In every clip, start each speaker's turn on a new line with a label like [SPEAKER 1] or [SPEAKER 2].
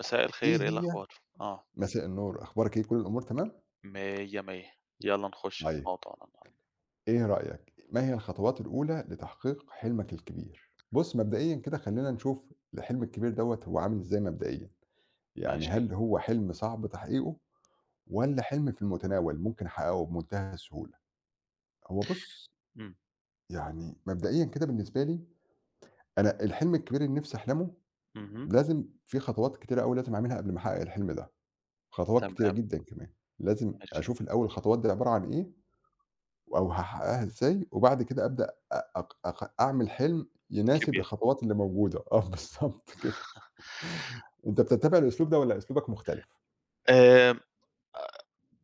[SPEAKER 1] مساء
[SPEAKER 2] إيه
[SPEAKER 1] الخير، إيه
[SPEAKER 2] هي
[SPEAKER 1] الأخبار؟ آه،
[SPEAKER 2] مساء النور، أخبارِك إيه، كل الأمور تمام؟
[SPEAKER 1] مِيّة، مِيّة. يالّا نخُش في
[SPEAKER 2] طيب،
[SPEAKER 1] موضوعنا النهارده.
[SPEAKER 2] إيه رأيك، ما هي الخطوات الأولى لتحقيق حلمك الكبير؟ بُص، مبدئيًا كده خلّينا نشوف الحلم الكبير دوّة هو عامل إزاي مبدئيًا، يعني
[SPEAKER 1] ماشي.
[SPEAKER 2] هل هو حلم صعب تحقيقه والّا حلم في المتناول ممكن أحققه بمنتهى السهولة؟ هو بُص،
[SPEAKER 1] إمم،
[SPEAKER 2] يعني مبدئيًا كده بالنسبة لي، أنا الحلم الكبير اللي نِفْسي أحلمه
[SPEAKER 1] اهم،
[SPEAKER 2] لازم في خطوات كتيرة أوي لازم أعملها قبل ما أحقق الحلم ده، خطوات كتيرة
[SPEAKER 1] تمام،
[SPEAKER 2] جدًا كمان، لازم
[SPEAKER 1] ماشي،
[SPEAKER 2] أشوف الأول الخطوات دي عبارة عن إيه أو هاحققها إزاي، وبعد كده أبدأ أ أق أق أعمل حلم يناسب
[SPEAKER 1] كبير.
[SPEAKER 2] الخطوات اللي موجودة، آه بالضبط كده. أنت بتتّبع الأسلوب ده والّا أسلوبك مختلف؟
[SPEAKER 1] آمم،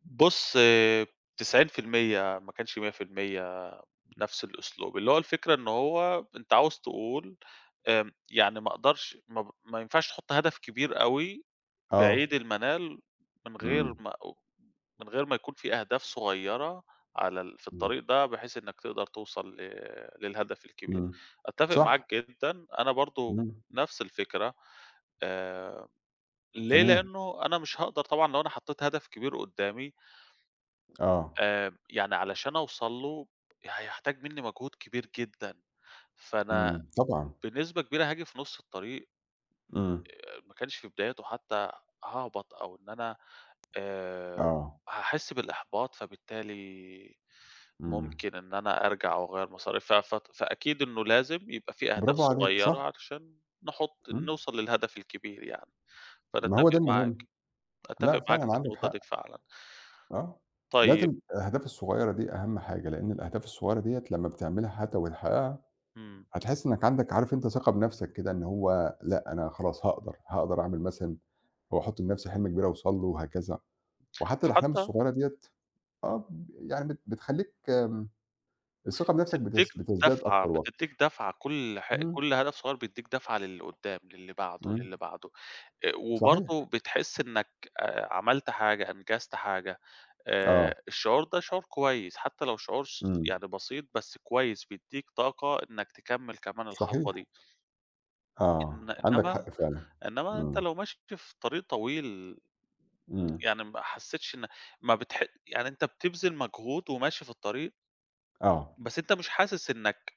[SPEAKER 1] بُص، 90% ما كانش 100% نفس الأسلوب، اللي هو الفكرة إن هو أنت عاوز تقول. يعني ما أقدرش، ما ينفعش تحُط هدف كبير أوي
[SPEAKER 2] آه،
[SPEAKER 1] بعيد المنال من غير
[SPEAKER 2] إمم،
[SPEAKER 1] ما من غير ما يكون في أهداف صغيّرة على ال في
[SPEAKER 2] إمم،
[SPEAKER 1] الطريق ده، بحيث إنّك تقدر توصل للهدف الكبير.
[SPEAKER 2] إمم،
[SPEAKER 1] أتّفق
[SPEAKER 2] صح،
[SPEAKER 1] معاك جدًا، أنا برضه
[SPEAKER 2] إمم،
[SPEAKER 1] نفس الفكرة. آآ، ليه؟
[SPEAKER 2] تمام،
[SPEAKER 1] لإنّه أنا مش هاقدر طبعًا لو أنا حطّيت هدف كبير قُدّامي.
[SPEAKER 2] آه،
[SPEAKER 1] يعني علشان أوصل له هيحتاج منّي مجهود كبير جدًا، فأنا
[SPEAKER 2] إمم، طبعًا،
[SPEAKER 1] بنسبة كبيرة هاجي في نُص الطريق،
[SPEAKER 2] إمم،
[SPEAKER 1] ما كانش في بداياته حتى، هاهبط أو إن أنا آآ
[SPEAKER 2] آه،
[SPEAKER 1] هاحس بالإحباط، فبالتالي
[SPEAKER 2] إمم،
[SPEAKER 1] ممكن إن أنا أرجع وأغيّر مساري، ف فت فأكيد إنه لازم يبقى في أهداف
[SPEAKER 2] برافو عليك، صح،
[SPEAKER 1] صغيّرة علشان
[SPEAKER 2] إمم،
[SPEAKER 1] نوصل للهدف الكبير يعني. فأنا
[SPEAKER 2] ما هو ده
[SPEAKER 1] أتّفق
[SPEAKER 2] المهم،
[SPEAKER 1] معاك،
[SPEAKER 2] لأ
[SPEAKER 1] أتّفق معاك
[SPEAKER 2] فعلًا
[SPEAKER 1] في
[SPEAKER 2] عندك
[SPEAKER 1] النقطة
[SPEAKER 2] حق،
[SPEAKER 1] دي فعلًا.
[SPEAKER 2] آه،
[SPEAKER 1] طيب،
[SPEAKER 2] لازم الأهداف الصغيّرة دي أهم حاجة، لإن الأهداف الصغيّرة ديّة لمّا بتعملها حتى وتحققها
[SPEAKER 1] إمم،
[SPEAKER 2] هتحس إنك عندك عارف أنت ثقة بنفسك كده إن هو لأ، أنا خلاص هاقدر، هاقدر أعمل مثلًا أو أحُط لنفسي حِمْل كبير أوصل له وهكذا، وحتى الأحلام
[SPEAKER 1] حتى،
[SPEAKER 2] الصغيرة ديّة آه،
[SPEAKER 1] إمم،
[SPEAKER 2] ب يعني بت بتخلّيك الثقة بنفسك
[SPEAKER 1] بتدّيك
[SPEAKER 2] بتزداد أكتر
[SPEAKER 1] بتدّيك
[SPEAKER 2] وأكتر.
[SPEAKER 1] دَفعة.
[SPEAKER 2] إمم،
[SPEAKER 1] كل هدف صغيّر بيدّيك دَفعة للي قدّام، للي بعده،
[SPEAKER 2] إمم،
[SPEAKER 1] للي بعده.
[SPEAKER 2] صحيح،
[SPEAKER 1] وبرضه بتحس إنك عملت حاجة، أنجزت حاجة.
[SPEAKER 2] آه،
[SPEAKER 1] الشعور ده شعور كويس، حتى لو شعور
[SPEAKER 2] إمم،
[SPEAKER 1] يعني بسيط بس كويس، بيدّيك طاقة إنك تكمّل كمان الخطوة
[SPEAKER 2] صحيح،
[SPEAKER 1] دي. إن
[SPEAKER 2] آه، عندك
[SPEAKER 1] إنما
[SPEAKER 2] حق فعلًا،
[SPEAKER 1] إنما أنت
[SPEAKER 2] إمم،
[SPEAKER 1] لو ماشي في طريق طويل،
[SPEAKER 2] إمم،
[SPEAKER 1] يعني ما حسّيتش إن، ما بتح يعني أنت بتبذل مجهود وماشي في الطريق،
[SPEAKER 2] آه،
[SPEAKER 1] بس أنت مش حاسس إنك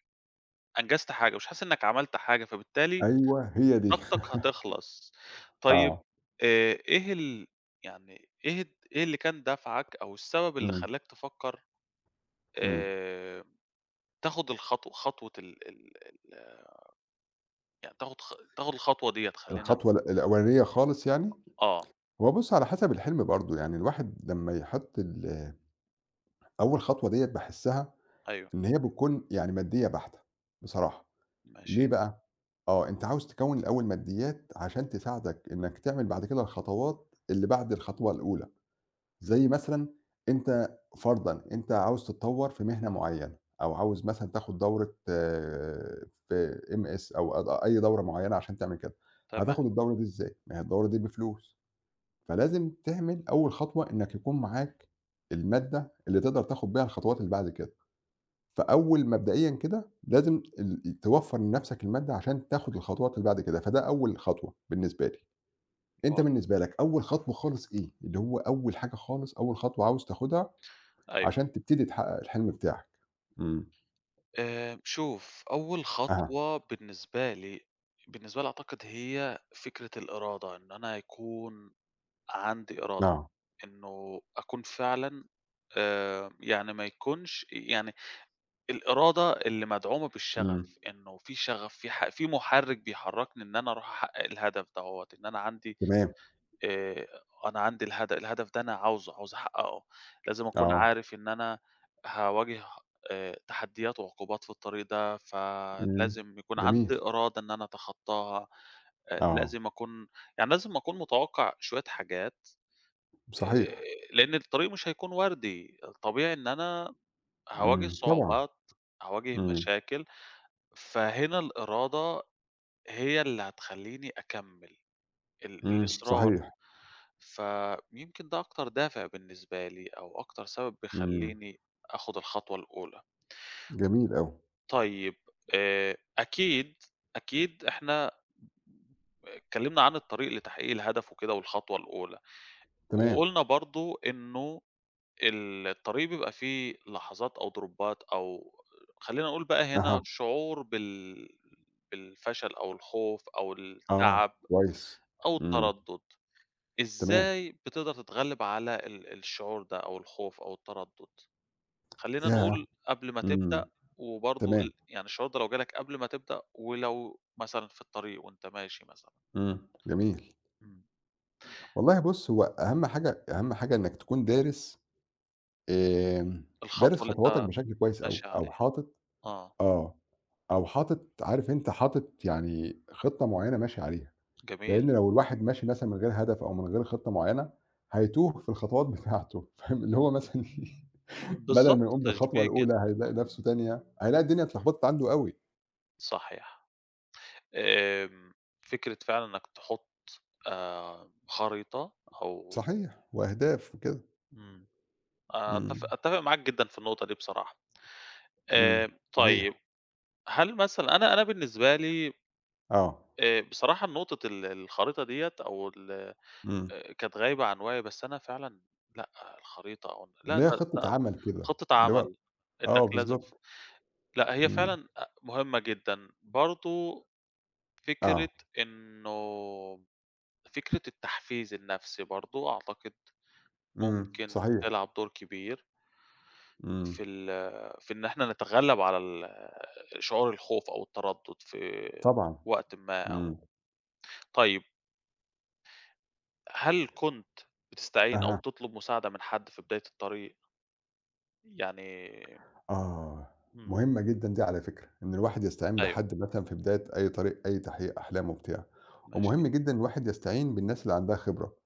[SPEAKER 1] أنجزت حاجة، مش حاسس إنك عملت حاجة، فبالتالي
[SPEAKER 2] أيوه هي دي،
[SPEAKER 1] طاقتك هتخلص. طيب،
[SPEAKER 2] آه،
[SPEAKER 1] إيه ال، يعني إيه اللي كان دافعك أو السبب اللي
[SPEAKER 2] إمم،
[SPEAKER 1] خلّاك تفكّر،
[SPEAKER 2] إمم،
[SPEAKER 1] آآ تاخُد خطوة ال ال ال يعني تاخُد، تاخُد الخطوة ديّة، خلّينا نقو
[SPEAKER 2] الخطوة الأولانية خالص يعني؟
[SPEAKER 1] آه،
[SPEAKER 2] هو بُص على حسب الحلم برضه، يعني الواحد لمّا يحُط أول خطوة ديّة باحسّها
[SPEAKER 1] أيوه،
[SPEAKER 2] إن هي بتكون يعني مادية بحتة بصراحة،
[SPEAKER 1] ماشي،
[SPEAKER 2] ليه بقى؟ آه، أنت عاوز تكوّن الأول ماديات عشان تساعدك إنّك تعمل بعد كده الخطوات اللي بعد الخطوة الأولى،
[SPEAKER 1] إمم،
[SPEAKER 2] زي مثلًا أنت فرضًا أنت عاوز تتطوّر في مهنة معيّنة أو عاوز مثلًا تاخد دورة آه، في MS أو أي دورة معيّنة عشان تعمل كده،
[SPEAKER 1] تمام،
[SPEAKER 2] هتاخد الدورة دي إزاي؟ ما هي الدورة دي بفلوس، فلازم تعمل أول خطوة إنّك يكون معاك المادة اللي تقدر تاخد بيها الخطوات اللي بعد كده. فأول مبدئيًا كده لازم توفّر لنَفْسك المادة عشان تاخُد الخطوات اللي بعد كده، فده أول خطوة بالنسبة لي. أنت
[SPEAKER 1] واضح،
[SPEAKER 2] بالنسبة لك أول خطوة خالص إيه؟ اللي هو أول حاجة خالص، أول خطوة عاوز تاخُدها
[SPEAKER 1] أيوه.
[SPEAKER 2] عشان تبتدي تحقّق الحلم بتاعك؟ إمم.
[SPEAKER 1] شوف، أول
[SPEAKER 2] أها،
[SPEAKER 1] خطوة بالنسبة لي، أعتقد هي فكرة الإرادة، إن أنا يكون عندي إرادة،
[SPEAKER 2] آه.
[SPEAKER 1] إنه أكون فعلًا، يعني ما يكونش، يعني الإرادة اللي مدعومة
[SPEAKER 2] إمم.
[SPEAKER 1] بالشغف، إنه في شغف، في محرك بيحركني إن أنا أروح أحقق الهدف دوّة. إن أنا عندي،
[SPEAKER 2] تمام.
[SPEAKER 1] آآ، أنا عندي الهدف ده، أنا عاوزه، عاوز أحققه. لازم أكون
[SPEAKER 2] آه.
[SPEAKER 1] عارف إن أنا هاواجه تحديات وعقوبات في الطريق ده،
[SPEAKER 2] إمم.
[SPEAKER 1] فلازم يكون عندي
[SPEAKER 2] جميل.
[SPEAKER 1] إرادة إن أنا أتخطاها. آآ،
[SPEAKER 2] آه.
[SPEAKER 1] لازم أكون لازم أكون متوقع شوية حاجات.
[SPEAKER 2] صحيح.
[SPEAKER 1] لإن الطريق مش هيكون وردي، طبيعي إن أنا هاواجه
[SPEAKER 2] إمم. طبعًا.
[SPEAKER 1] صعوبات، هاواجه
[SPEAKER 2] إمم.
[SPEAKER 1] مشاكل. فهنا الإرادة هي اللي هتخلّيني أكمّل،
[SPEAKER 2] إمم.
[SPEAKER 1] الإصرار.
[SPEAKER 2] صحيح.
[SPEAKER 1] فيمكن ده أكتر دافع بالنسبة لي، أو أكتر سبب
[SPEAKER 2] إمم.
[SPEAKER 1] بيخلّيني آخُد الخطوة الأولى.
[SPEAKER 2] جميل أوي.
[SPEAKER 1] طيب، أكيد، أكيد إحنا اتكلّمنا عن الطريق لتحقيق الهدف وكده والخطوة الأولى،
[SPEAKER 2] تمام.
[SPEAKER 1] وقُلنا برضه إنه الطريق بيبقى فيه لحظات أو دروبات، أو خلّينا نقول بقى هنا
[SPEAKER 2] أها.
[SPEAKER 1] شعور بالفشل أو الخوف أو
[SPEAKER 2] آه.
[SPEAKER 1] التعب
[SPEAKER 2] كويس.
[SPEAKER 1] أو
[SPEAKER 2] إمم.
[SPEAKER 1] التردُّد.
[SPEAKER 2] تمام.
[SPEAKER 1] إزاي بتقدر تتغلّب على الشعور ده، أو الخوف أو التردُّد؟ خلّينا
[SPEAKER 2] ياه!
[SPEAKER 1] نقول قبل ما
[SPEAKER 2] إمم.
[SPEAKER 1] تبدأ، وبرضه
[SPEAKER 2] تمام،
[SPEAKER 1] يعني الشعور ده لو جه لك قبل ما تبدأ، ولو مثلًا في الطريق وأنت ماشي مثلًا.
[SPEAKER 2] إمم، جميل.
[SPEAKER 1] إمم.
[SPEAKER 2] والله بُص، هو أهم حاجة أهم حاجة إنّك تكون آمم، دارس
[SPEAKER 1] الخطوة اللي
[SPEAKER 2] خطواتك
[SPEAKER 1] أنت
[SPEAKER 2] بشكل كويس أوي
[SPEAKER 1] ماشي
[SPEAKER 2] أو
[SPEAKER 1] عليها.
[SPEAKER 2] حاطط
[SPEAKER 1] آه،
[SPEAKER 2] آه، أو حاطط عارف أنت حاطط يعني خطة معيّنة ماشي عليها،
[SPEAKER 1] جميل.
[SPEAKER 2] لإن لو الواحد ماشي مثلًا من غير هدف أو من غير خطة معيّنة،
[SPEAKER 1] إمم.
[SPEAKER 2] هيتوه في الخطوات بتاعته فاهم، اللي هو مثلًا بدل ما
[SPEAKER 1] بالضبط،
[SPEAKER 2] يقوم بالخطوة
[SPEAKER 1] تشبيه جدًا.
[SPEAKER 2] الأولى
[SPEAKER 1] آه،
[SPEAKER 2] هيلاقي نَفْسه تانية هيلاقي الدنيا
[SPEAKER 1] إمم.
[SPEAKER 2] اتلخبطت عنده أوي.
[SPEAKER 1] صحيح. آمم، فكرة فعلًا إنك تحط خريطة أو.
[SPEAKER 2] صحيح، وأهداف وكده.
[SPEAKER 1] إمم.
[SPEAKER 2] إمم،
[SPEAKER 1] أتفق معاك جدًا في النقطة دي بصراحة.
[SPEAKER 2] إمم.
[SPEAKER 1] طيب،
[SPEAKER 2] صحيح،
[SPEAKER 1] هل مثلًا، أنا بالنسبة لي،
[SPEAKER 2] آه،
[SPEAKER 1] بصراحة نقطة الخريطة ديّة، أو ال
[SPEAKER 2] إمم.
[SPEAKER 1] كانت غايبة عن وعيي. بس أنا فعلًا، لأ، الخريطة، أو لأ،
[SPEAKER 2] اللي
[SPEAKER 1] ده،
[SPEAKER 2] هي خطة
[SPEAKER 1] ده
[SPEAKER 2] عمل كده،
[SPEAKER 1] خطة
[SPEAKER 2] اللي هو
[SPEAKER 1] عمل إنك
[SPEAKER 2] آه
[SPEAKER 1] لازم،
[SPEAKER 2] بالضبط،
[SPEAKER 1] لأ، هي
[SPEAKER 2] إمم،
[SPEAKER 1] فعلًا مهمة جدًا. برضه فكرة
[SPEAKER 2] آه،
[SPEAKER 1] إنه فكرة التحفيز النفسي برضه، أعتقد
[SPEAKER 2] إمم،
[SPEAKER 1] ممكن
[SPEAKER 2] صحيح،
[SPEAKER 1] تلعب دور كبير
[SPEAKER 2] إمم،
[SPEAKER 1] في ال في إن إحنا نتغلب على شعور الخوف أو التردد في
[SPEAKER 2] طبعًا،
[SPEAKER 1] وقتٍ ما
[SPEAKER 2] إمم،
[SPEAKER 1] أو. طيب، هل كنت بتستعين أو
[SPEAKER 2] أها،
[SPEAKER 1] بتطلب مساعدة من حد في بداية الطريق؟ يعني،
[SPEAKER 2] آه،
[SPEAKER 1] إمم،
[SPEAKER 2] مهمة جدًا دي على فكرة، إن الواحد يستعين
[SPEAKER 1] أيوه،
[SPEAKER 2] بحد مثلًا في بداية أي طريق أي تحقيق أحلام وبتاع،
[SPEAKER 1] ماشي،
[SPEAKER 2] ومهم جدًا الواحد يستعين بالناس اللي عندها خبرة،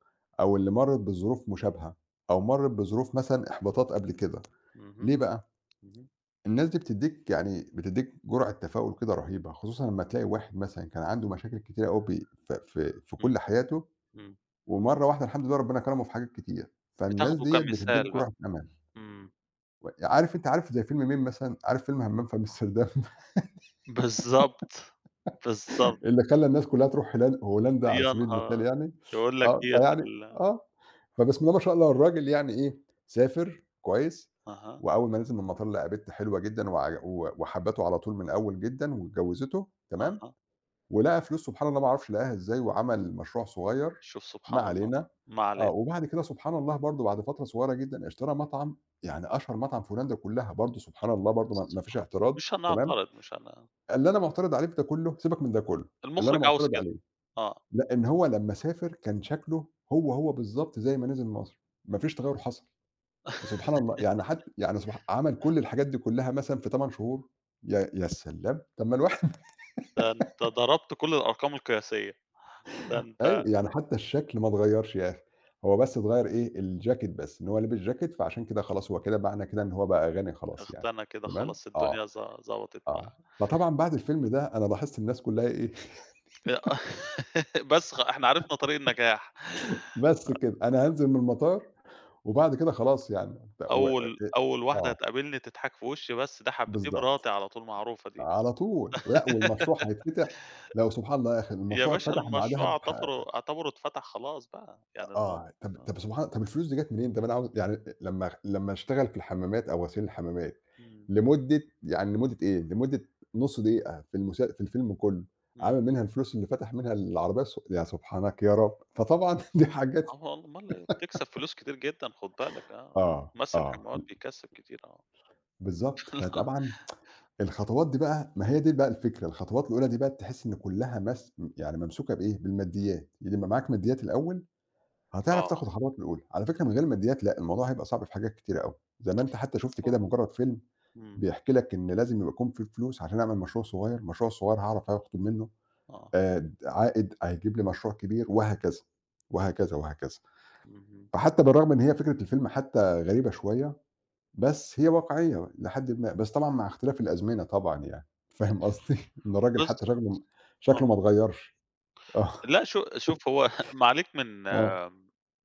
[SPEAKER 2] أو اللي مرّت بظروف مشابهة، أو مرّت بظروف مثلًا إحباطات قبل كده،
[SPEAKER 1] اهم،
[SPEAKER 2] ليه بقى؟
[SPEAKER 1] اهم،
[SPEAKER 2] الناس دي بتدّيك يعني بتدّيك جرعة تفاؤل كده رهيبة، خصوصًا لمّا تلاقي واحد مثلًا كان عنده مشاكل كتيرة أوي بي ف في في
[SPEAKER 1] إمم،
[SPEAKER 2] كل حياته
[SPEAKER 1] إمم،
[SPEAKER 2] ومرّة واحدة الحمد لله ربنا كرمه في حاجات كتير، فالناس
[SPEAKER 1] بتاخده
[SPEAKER 2] ديّة بتدّيك
[SPEAKER 1] كمثال بقى،
[SPEAKER 2] جرعة أمان،
[SPEAKER 1] إمم،
[SPEAKER 2] و عارف أنت عارف زي فيلم مين مثلًا، عارف فيلم همام في أمستردام
[SPEAKER 1] بالضبط، بالضبط،
[SPEAKER 2] اللي خلّى الناس كلّها تروح هولندا على
[SPEAKER 1] يا
[SPEAKER 2] سبيل المثال
[SPEAKER 1] نهار!
[SPEAKER 2] يعني،
[SPEAKER 1] يقول لك
[SPEAKER 2] آه،
[SPEAKER 1] ديّة
[SPEAKER 2] فيعني آه، فبسم الله ما شاء الله الراجل يعني إيه، سافر كويس،
[SPEAKER 1] أها،
[SPEAKER 2] وأول ما نزل من المطار لقى بنت حلوة جدًا وع و وحبّته على طول من الأول جدًا واتجوّزته، تمام؟
[SPEAKER 1] أها.
[SPEAKER 2] ولقى فلوس سبحان الله ما أعرفش لقاها إزاي وعمل مشروع صغير،
[SPEAKER 1] شوف
[SPEAKER 2] ما
[SPEAKER 1] سبحان الله.
[SPEAKER 2] علينا،
[SPEAKER 1] ما
[SPEAKER 2] آه،
[SPEAKER 1] علينا.
[SPEAKER 2] وبعد كده سبحان الله برضه بعد فترة صغيرة جدًا اشترى مطعم، يعني أشهر مطعم في هولندا كلّها برضه سبحان الله برضه ما فيش
[SPEAKER 1] سبحان الله.
[SPEAKER 2] اعتراض
[SPEAKER 1] مش
[SPEAKER 2] تمام،
[SPEAKER 1] هنعترض، مش هن
[SPEAKER 2] اللي أنا معترض عليه في ده كلّه سيبك من ده كلّه، اللي أنا
[SPEAKER 1] المُخرِج عاوز
[SPEAKER 2] معترض
[SPEAKER 1] كده.
[SPEAKER 2] عليه
[SPEAKER 1] آه.
[SPEAKER 2] لأ، إن هو لمّا سافر كان شكله هو بالضبط زي ما نزل مصر، ما فيش تغيُّر حصل، سبحان الله يعني حت يعني سبح عمل كل الحاجات دي كلّها مثلًا في 8 شهور، يا سلام! طَب ما الواحد
[SPEAKER 1] ده أنت ضربت كل الأرقام القياسية، ده
[SPEAKER 2] أيوه،
[SPEAKER 1] أنت
[SPEAKER 2] يعني حتى الشكل ما اتغيّرش يا أخي، هو بس اتغيّر إيه، الجاكيت بس، إن هو لابس جاكيت فعشان كده خلاص هو كده معنى كده إن هو بقى غني خلاص يعني،
[SPEAKER 1] اغتنى كده
[SPEAKER 2] تمام؟
[SPEAKER 1] خلاص،
[SPEAKER 2] آه،
[SPEAKER 1] الدنيا ضبطت معاه.
[SPEAKER 2] آه. فطبعًا بعد الفيلم ده أنا لاحظت الناس كلّها إيه،
[SPEAKER 1] آآ بس، إحنا عرفنا طريق النجاح.
[SPEAKER 2] بس كده أنا هانزل من المطار وبعد كده خلاص يعني ت و أ
[SPEAKER 1] أول واحدة
[SPEAKER 2] آه،
[SPEAKER 1] هتقابلني تضحك في وشّي بس ده حب دي
[SPEAKER 2] بالضبط،
[SPEAKER 1] مراتي على طول معروفة دي.
[SPEAKER 2] على طول، ولأ والمشروع هيتفتح، لو سبحان الله يا أخي
[SPEAKER 1] يا
[SPEAKER 2] المشروع
[SPEAKER 1] باشا
[SPEAKER 2] اتفتح بعدها
[SPEAKER 1] المشروع
[SPEAKER 2] بح
[SPEAKER 1] اعتبره اتفتح خلاص بقى، يعني الم.
[SPEAKER 2] آه، طب
[SPEAKER 1] آه.
[SPEAKER 2] طب سبحان طب الفلوس دي جات منين؟ طب أنا عاوز يعني لمّا أشتغل في الحمامات أو غسيل الحمامات
[SPEAKER 1] إمم.
[SPEAKER 2] لمدة يعني لمدة إيه، لمدة نُص دقيقة في الفيلم كلّه،
[SPEAKER 1] إمم.
[SPEAKER 2] عامل منها الفلوس اللي فتح منها العربية يا سبحانك يا رب! فطبعًا دي حاجات
[SPEAKER 1] آه، أومال إيه، بتكسب فلوس كتير جدًا، خُد بالك، آه.
[SPEAKER 2] آه،
[SPEAKER 1] مَسّ
[SPEAKER 2] آه،
[SPEAKER 1] الحموات بيكسّب كتير، آه.
[SPEAKER 2] بالضبط، فطبعًا الخطوات دي بقى ما هي دي بقى الفكرة، الخطوات الأولى دي بقى تحس إن كلّها يعني ممسوكة بإيه،
[SPEAKER 1] إمم،
[SPEAKER 2] بالماديات، يبقى معاك ماديات الأول هتعرف
[SPEAKER 1] آه،
[SPEAKER 2] تاخد خطواتك الأولى. على فكرة من غير ماديات لأ، الموضوع هيبقى صعب في حاجات كتيرة أوي. زي ما أنت حتى شُفت
[SPEAKER 1] شوف هو،
[SPEAKER 2] كده مجرّد فيلم
[SPEAKER 1] إمم،
[SPEAKER 2] بيحكي لك إن لازم يبقى يكون في فلوس عشان أعمل مشروع صغير، المشروع الصغير هاعرف آخد منّه
[SPEAKER 1] آه،
[SPEAKER 2] عائد هيجيب لي مشروع كبير وهكذا، وهكذا، وهكذا.
[SPEAKER 1] اهم،
[SPEAKER 2] فحتى بالرغم إن هي فكرة الفيلم حتى غريبة شوية، بس هي واقعية لحدٍ ما، بس طبعًا مع اختلاف الأزمنة طبعًا يعني. فاهم قصدي؟ إن الراجل حتى
[SPEAKER 1] بالضبط، آه.
[SPEAKER 2] شكله ما اتغيّرش. آه،
[SPEAKER 1] لأ، شوف هو ما عليك من،
[SPEAKER 2] آه.
[SPEAKER 1] آه،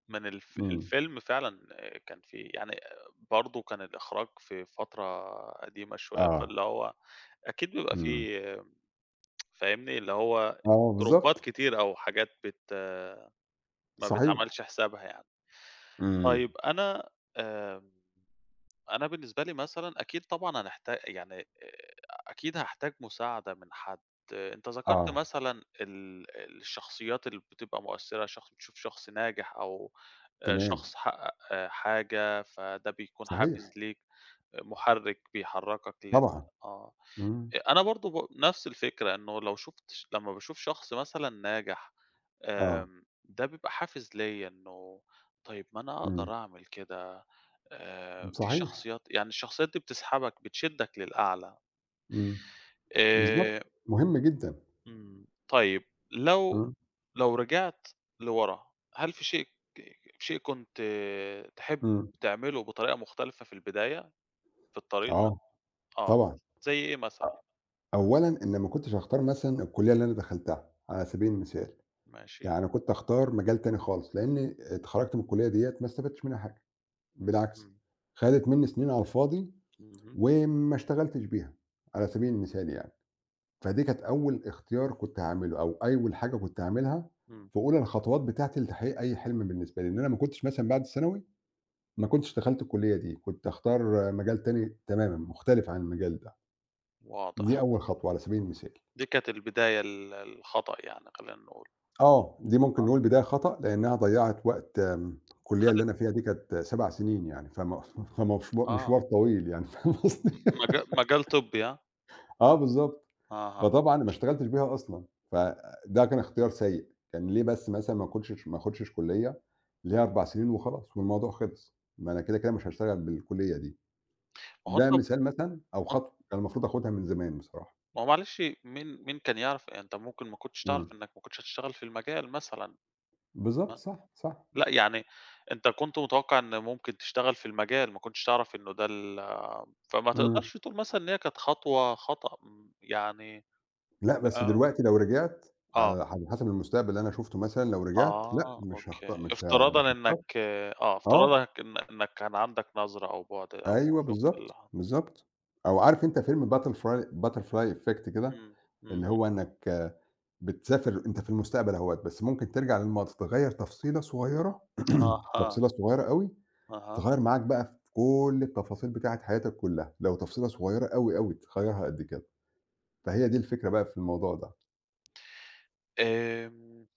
[SPEAKER 1] من
[SPEAKER 2] إمم.
[SPEAKER 1] الفيلم فعلًا. كان فيه يعني، برضه كان الإخراج في فترة قديمة شوية،
[SPEAKER 2] آه.
[SPEAKER 1] فاللي هو أكيد بيبقى
[SPEAKER 2] إمم.
[SPEAKER 1] فيه، فاهمني، اللي هو
[SPEAKER 2] آه
[SPEAKER 1] تروبات
[SPEAKER 2] بالضبط.
[SPEAKER 1] كتير أو حاجات ما
[SPEAKER 2] صحيح.
[SPEAKER 1] بتعملش حسابها يعني.
[SPEAKER 2] إمم.
[SPEAKER 1] طيب، أنا، آمم، أنا بالنسبة لي مثلًا، أكيد طبعًا يعني أكيد هاحتاج مساعدة من حد. أنت ذكرت
[SPEAKER 2] آه،
[SPEAKER 1] مثلًا الشخصيات اللي بتبقى مؤثرة، بتشوف شخص ناجح، أو
[SPEAKER 2] تمام.
[SPEAKER 1] شخص حقق حاجة، فده بيكون حافز
[SPEAKER 2] صحيح،
[SPEAKER 1] ليك، محرك بيحركك لل
[SPEAKER 2] طبعًا.
[SPEAKER 1] آه.
[SPEAKER 2] إمم.
[SPEAKER 1] أنا برضه نفس الفكرة، إنه لو، شُفت ش لمّا باشوف شخص مثلًا ناجح.
[SPEAKER 2] آه.
[SPEAKER 1] ده بيبقى حافز ليّا، طيب، ما أنا
[SPEAKER 2] إمم.
[SPEAKER 1] أقدر أعمل كده. في
[SPEAKER 2] صحيح.
[SPEAKER 1] شخصيات يعني الشخصيات دي بتسحبك، بتشدّك للأعلى.
[SPEAKER 2] إمم. بالضبط.
[SPEAKER 1] آآ،
[SPEAKER 2] مهم جدًا.
[SPEAKER 1] إمم، طيب، لو
[SPEAKER 2] إمم.
[SPEAKER 1] لو رجعت لورا، هل في شيء كنت، تحب
[SPEAKER 2] إمم.
[SPEAKER 1] تعمله بطريقة مختلفة في البداية، في الطريق ده؟
[SPEAKER 2] آه،
[SPEAKER 1] آه،
[SPEAKER 2] طبعًا.
[SPEAKER 1] زي إيه مثلًا؟
[SPEAKER 2] أولًا إن ما كنتش هاختار مثلًا الكُلّية اللي أنا دخلتها على سبيل المثال.
[SPEAKER 1] ماشي.
[SPEAKER 2] يعني كنت هاختار مجال تاني خالص، لإن اتخرّجت من الكُلّية ديّة ما استفدتش منها حاجة،
[SPEAKER 1] إمم،
[SPEAKER 2] بالعكس،
[SPEAKER 1] إمم،
[SPEAKER 2] خدت منّي سنين على الفاضي
[SPEAKER 1] اهم،
[SPEAKER 2] وما اشتغلتش بيها على سبيل المثال يعني. فدي كانت أول اختيار كنت هاعمله، أو أول حاجة كنت هاعملها
[SPEAKER 1] إمم.
[SPEAKER 2] في أولى الخطوات بتاعتي لتحقيق أي حلم بالنسبة لي، إن أنا ما كنتش مثلًا بعد الثانوي ما كنتش دخلت الكلية دي، كنت هاختار مجال تاني تمامًا مختلف عن المجال ده، دي
[SPEAKER 1] واضح.
[SPEAKER 2] أول خطوة على سبيل المثال.
[SPEAKER 1] دي كانت البداية الخطأ يعني، خلّينا نقول.
[SPEAKER 2] آه، دي ممكن
[SPEAKER 1] آه.
[SPEAKER 2] نقول بداية خطأ لأنها ضيّعت وقت. الكلية اللي
[SPEAKER 1] خدت.
[SPEAKER 2] أنا فيها دي كانت 7 سنين يعني، فمشوا مشوار
[SPEAKER 1] آه.
[SPEAKER 2] طويل يعني فاهم قصدي؟
[SPEAKER 1] م مجا مجال طبّي ها؟
[SPEAKER 2] آه بالضبط.
[SPEAKER 1] أها.
[SPEAKER 2] فطبعًا أنا ما اشتغلتش بيها أصلًا، فده كان اختيار
[SPEAKER 1] إمم.
[SPEAKER 2] سيء، كان ليه بس مثلًا ما اخشش كلية اللي هي 4
[SPEAKER 1] اهم.
[SPEAKER 2] سنين وخلاص والموضوع خلص، ما أنا كده، كده مش هاشتغل بالكلية دي،
[SPEAKER 1] ما هو
[SPEAKER 2] ده
[SPEAKER 1] أنت ما
[SPEAKER 2] مثال مثلًا أو
[SPEAKER 1] هو
[SPEAKER 2] خطوة كان المفروض آخدها من زمان بصراحة.
[SPEAKER 1] ما هو معلش، مين كان يعرف أنت؟ ممكن ما كنتش تعرف
[SPEAKER 2] إمم،
[SPEAKER 1] إنّك ما كنتش هتشتغل في المجال مثلًا،
[SPEAKER 2] بالضبط
[SPEAKER 1] ما
[SPEAKER 2] صح، صح،
[SPEAKER 1] لأ، يعني أنت كنت متوقّع إن ممكن تشتغل في المجال، ما كنتش تعرف إنه ده فما
[SPEAKER 2] إمم،
[SPEAKER 1] تقدرش تقول مثلًا إن هي كانت خطوة خطأ، يعني.
[SPEAKER 2] لأ بس
[SPEAKER 1] آه.
[SPEAKER 2] دلوقتي لو رجعت
[SPEAKER 1] آه.
[SPEAKER 2] على حسب المستقبل اللي أنا شُفته مثلًا لو رجعت لأ مش هاخت
[SPEAKER 1] أوكي.
[SPEAKER 2] مش ه مش هاختار آه،
[SPEAKER 1] افتراضًا إن إنّك كان عندك نظرة أو بُعد أو
[SPEAKER 2] أيوه
[SPEAKER 1] شُفت اللي،
[SPEAKER 2] بالضبط،
[SPEAKER 1] ح
[SPEAKER 2] بالضبط، أو عارف أنت فيلم Butterfly Effect كده؟
[SPEAKER 1] إمم، اهم.
[SPEAKER 2] اللي هو إنّك بتسافر أنت في المستقبل أهوّة، بس ممكن ترجع للماضي تغيّر تفصيلة صغيّرة،
[SPEAKER 1] أها،
[SPEAKER 2] تفصيلة صغيّرة أوي،
[SPEAKER 1] أها.
[SPEAKER 2] تغيّر معاك بقى في كل التفاصيل بتاعة حياتك كلّها، لو تفصيلة صغيّرة أوي، أوي تغيّرها قد كده، فهي دي الفكرة بقى في الموضوع ده.
[SPEAKER 1] آمم،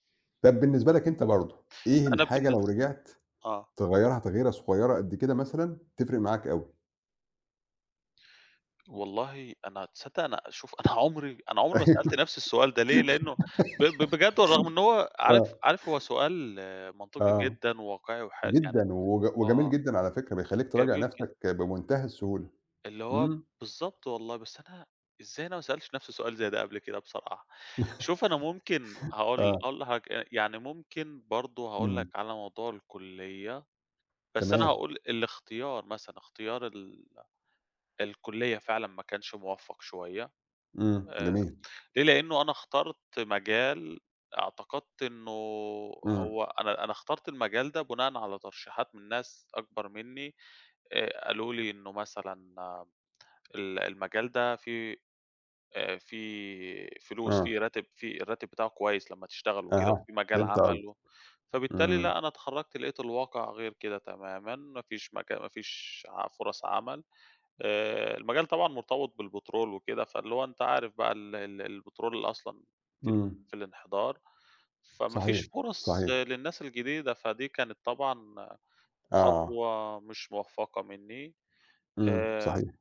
[SPEAKER 2] طَب بالنسبة لك أنت برضه، إيه
[SPEAKER 1] أنا
[SPEAKER 2] الحاجة لو
[SPEAKER 1] بالنس
[SPEAKER 2] رجعت
[SPEAKER 1] آه.
[SPEAKER 2] تغيّرها تغييرة صغيّرة قد كده مثلًا تفرق معاك أوي؟
[SPEAKER 1] والله، أنا تصدّق أنا شوف أنا عمري أنا عمري ما سألت
[SPEAKER 2] أيوه،
[SPEAKER 1] نَفْسي السؤال ده ليه، لإنه، ب ب بجد، ورغم إن هو،
[SPEAKER 2] آه،
[SPEAKER 1] عارف، هو سؤال منطقي
[SPEAKER 2] آه،
[SPEAKER 1] جدًا وواقعي يعني.
[SPEAKER 2] جدًا وج وجميل
[SPEAKER 1] آه،
[SPEAKER 2] جدًا على فكرة، بيخلّيك تراجع
[SPEAKER 1] جميل جدًا.
[SPEAKER 2] نَفْسك بمنتهى السهولة.
[SPEAKER 1] اللي هو
[SPEAKER 2] إمم،
[SPEAKER 1] بالضبط، والله، بس أنا إزاي أنا ما سألتش نفْسي سؤال زي ده قبل كده بصراحة؟ شوف، أنا ممكن
[SPEAKER 2] آه،
[SPEAKER 1] هاقول لحضرتك، يعني ممكن برضه هاقول
[SPEAKER 2] إمم،
[SPEAKER 1] لك على موضوع الكُلّية، بس أنا
[SPEAKER 2] تمام.
[SPEAKER 1] هاقول الاختيار مثلًا، اختيار الكُلّية فعلًا ما كانش موفّق شوية.
[SPEAKER 2] إمم،
[SPEAKER 1] آآ،
[SPEAKER 2] جميل،
[SPEAKER 1] ليه؟ لإنه أنا اخترت مجال اعتقدت إنه،
[SPEAKER 2] إمم،
[SPEAKER 1] هو أنا أنا اخترت المجال ده بناءً على ترشيحات من ناس أكبر منّي. قالوا لي إنه مثلًا، المجال ده فيه، في فلوس،
[SPEAKER 2] آه،
[SPEAKER 1] في الراتب بتاعه كويس لمّا تشتغل وكده،
[SPEAKER 2] أها،
[SPEAKER 1] وفي مجال
[SPEAKER 2] فهمت قصدك،
[SPEAKER 1] عمل، فبالتالي
[SPEAKER 2] إمم،
[SPEAKER 1] لأ، أنا اتخرّجت لقيت الواقع غير كده تمامًا، ما فيش فرص عمل. المجال طبعًا مرتبط بالبترول وكده، فاللي هو أنت عارف بقى، ال ال البترول اللي أصلًا في
[SPEAKER 2] إمم،
[SPEAKER 1] في الانحدار، فما فيش
[SPEAKER 2] صحيح،
[SPEAKER 1] فرص،
[SPEAKER 2] صحيح،
[SPEAKER 1] للناس الجديدة، فدي كانت طبعًا
[SPEAKER 2] آه،
[SPEAKER 1] خطوة مش موفّقة منّي.
[SPEAKER 2] إمم،
[SPEAKER 1] آآ
[SPEAKER 2] صحيح،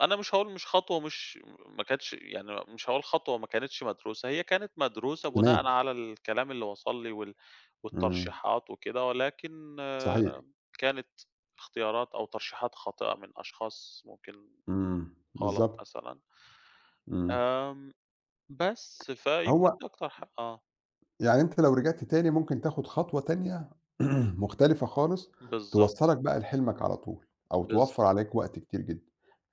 [SPEAKER 1] أنا مش هاقول مش خطوة مش ما كانتش يعني مش هاقول خطوة ما كانتش مدروسة، هي كانت مدروسة بناءً
[SPEAKER 2] تمام،
[SPEAKER 1] على الكلام اللي وصل لي
[SPEAKER 2] إمم،
[SPEAKER 1] والترشيحات وكده، ولكن،
[SPEAKER 2] صحيح،
[SPEAKER 1] كانت اختيارات أو ترشيحات خاطئة من أشخاص ممكن
[SPEAKER 2] إمم،
[SPEAKER 1] غلط
[SPEAKER 2] بالضبط،
[SPEAKER 1] مثلًا.
[SPEAKER 2] إمم،
[SPEAKER 1] آمم، بس فيمكن
[SPEAKER 2] هو
[SPEAKER 1] دي أكتر، ح.
[SPEAKER 2] يعني أنت لو رجعت تاني ممكن تاخد خطوة تانية مختلفة خالص،
[SPEAKER 1] بالضبط،
[SPEAKER 2] توصّلك بقى لحلمك على طول، أو توفّر
[SPEAKER 1] بالضبط،
[SPEAKER 2] عليك وقت كتير جدًا.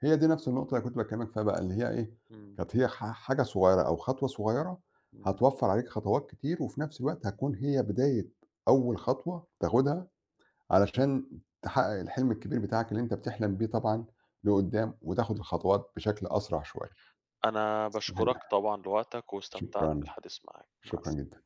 [SPEAKER 2] هي دي نفس النقطة اللي كنت باكلمك فيها بقى، اللي هي إيه،
[SPEAKER 1] إمم،
[SPEAKER 2] كانت هي حاجة صغيرة أو خطوة صغيرة
[SPEAKER 1] إمم،
[SPEAKER 2] هتوفّر عليك خطوات كتير، وفي نفس الوقت هتكون هي بداية أول خطوة تاخدها علشان تحقق الحلم الكبير بتاعك اللي أنت بتحلم بيه طبعًا لقدّام، وتاخد الخطوات بشكل أسرع شوية.
[SPEAKER 1] أنا
[SPEAKER 2] صحيح،
[SPEAKER 1] باشكرك طبعًا لوقتك، واستمتعت
[SPEAKER 2] شكرًا،
[SPEAKER 1] بالحديث معاك، مع
[SPEAKER 2] شكرًا
[SPEAKER 1] الس.
[SPEAKER 2] جدًا.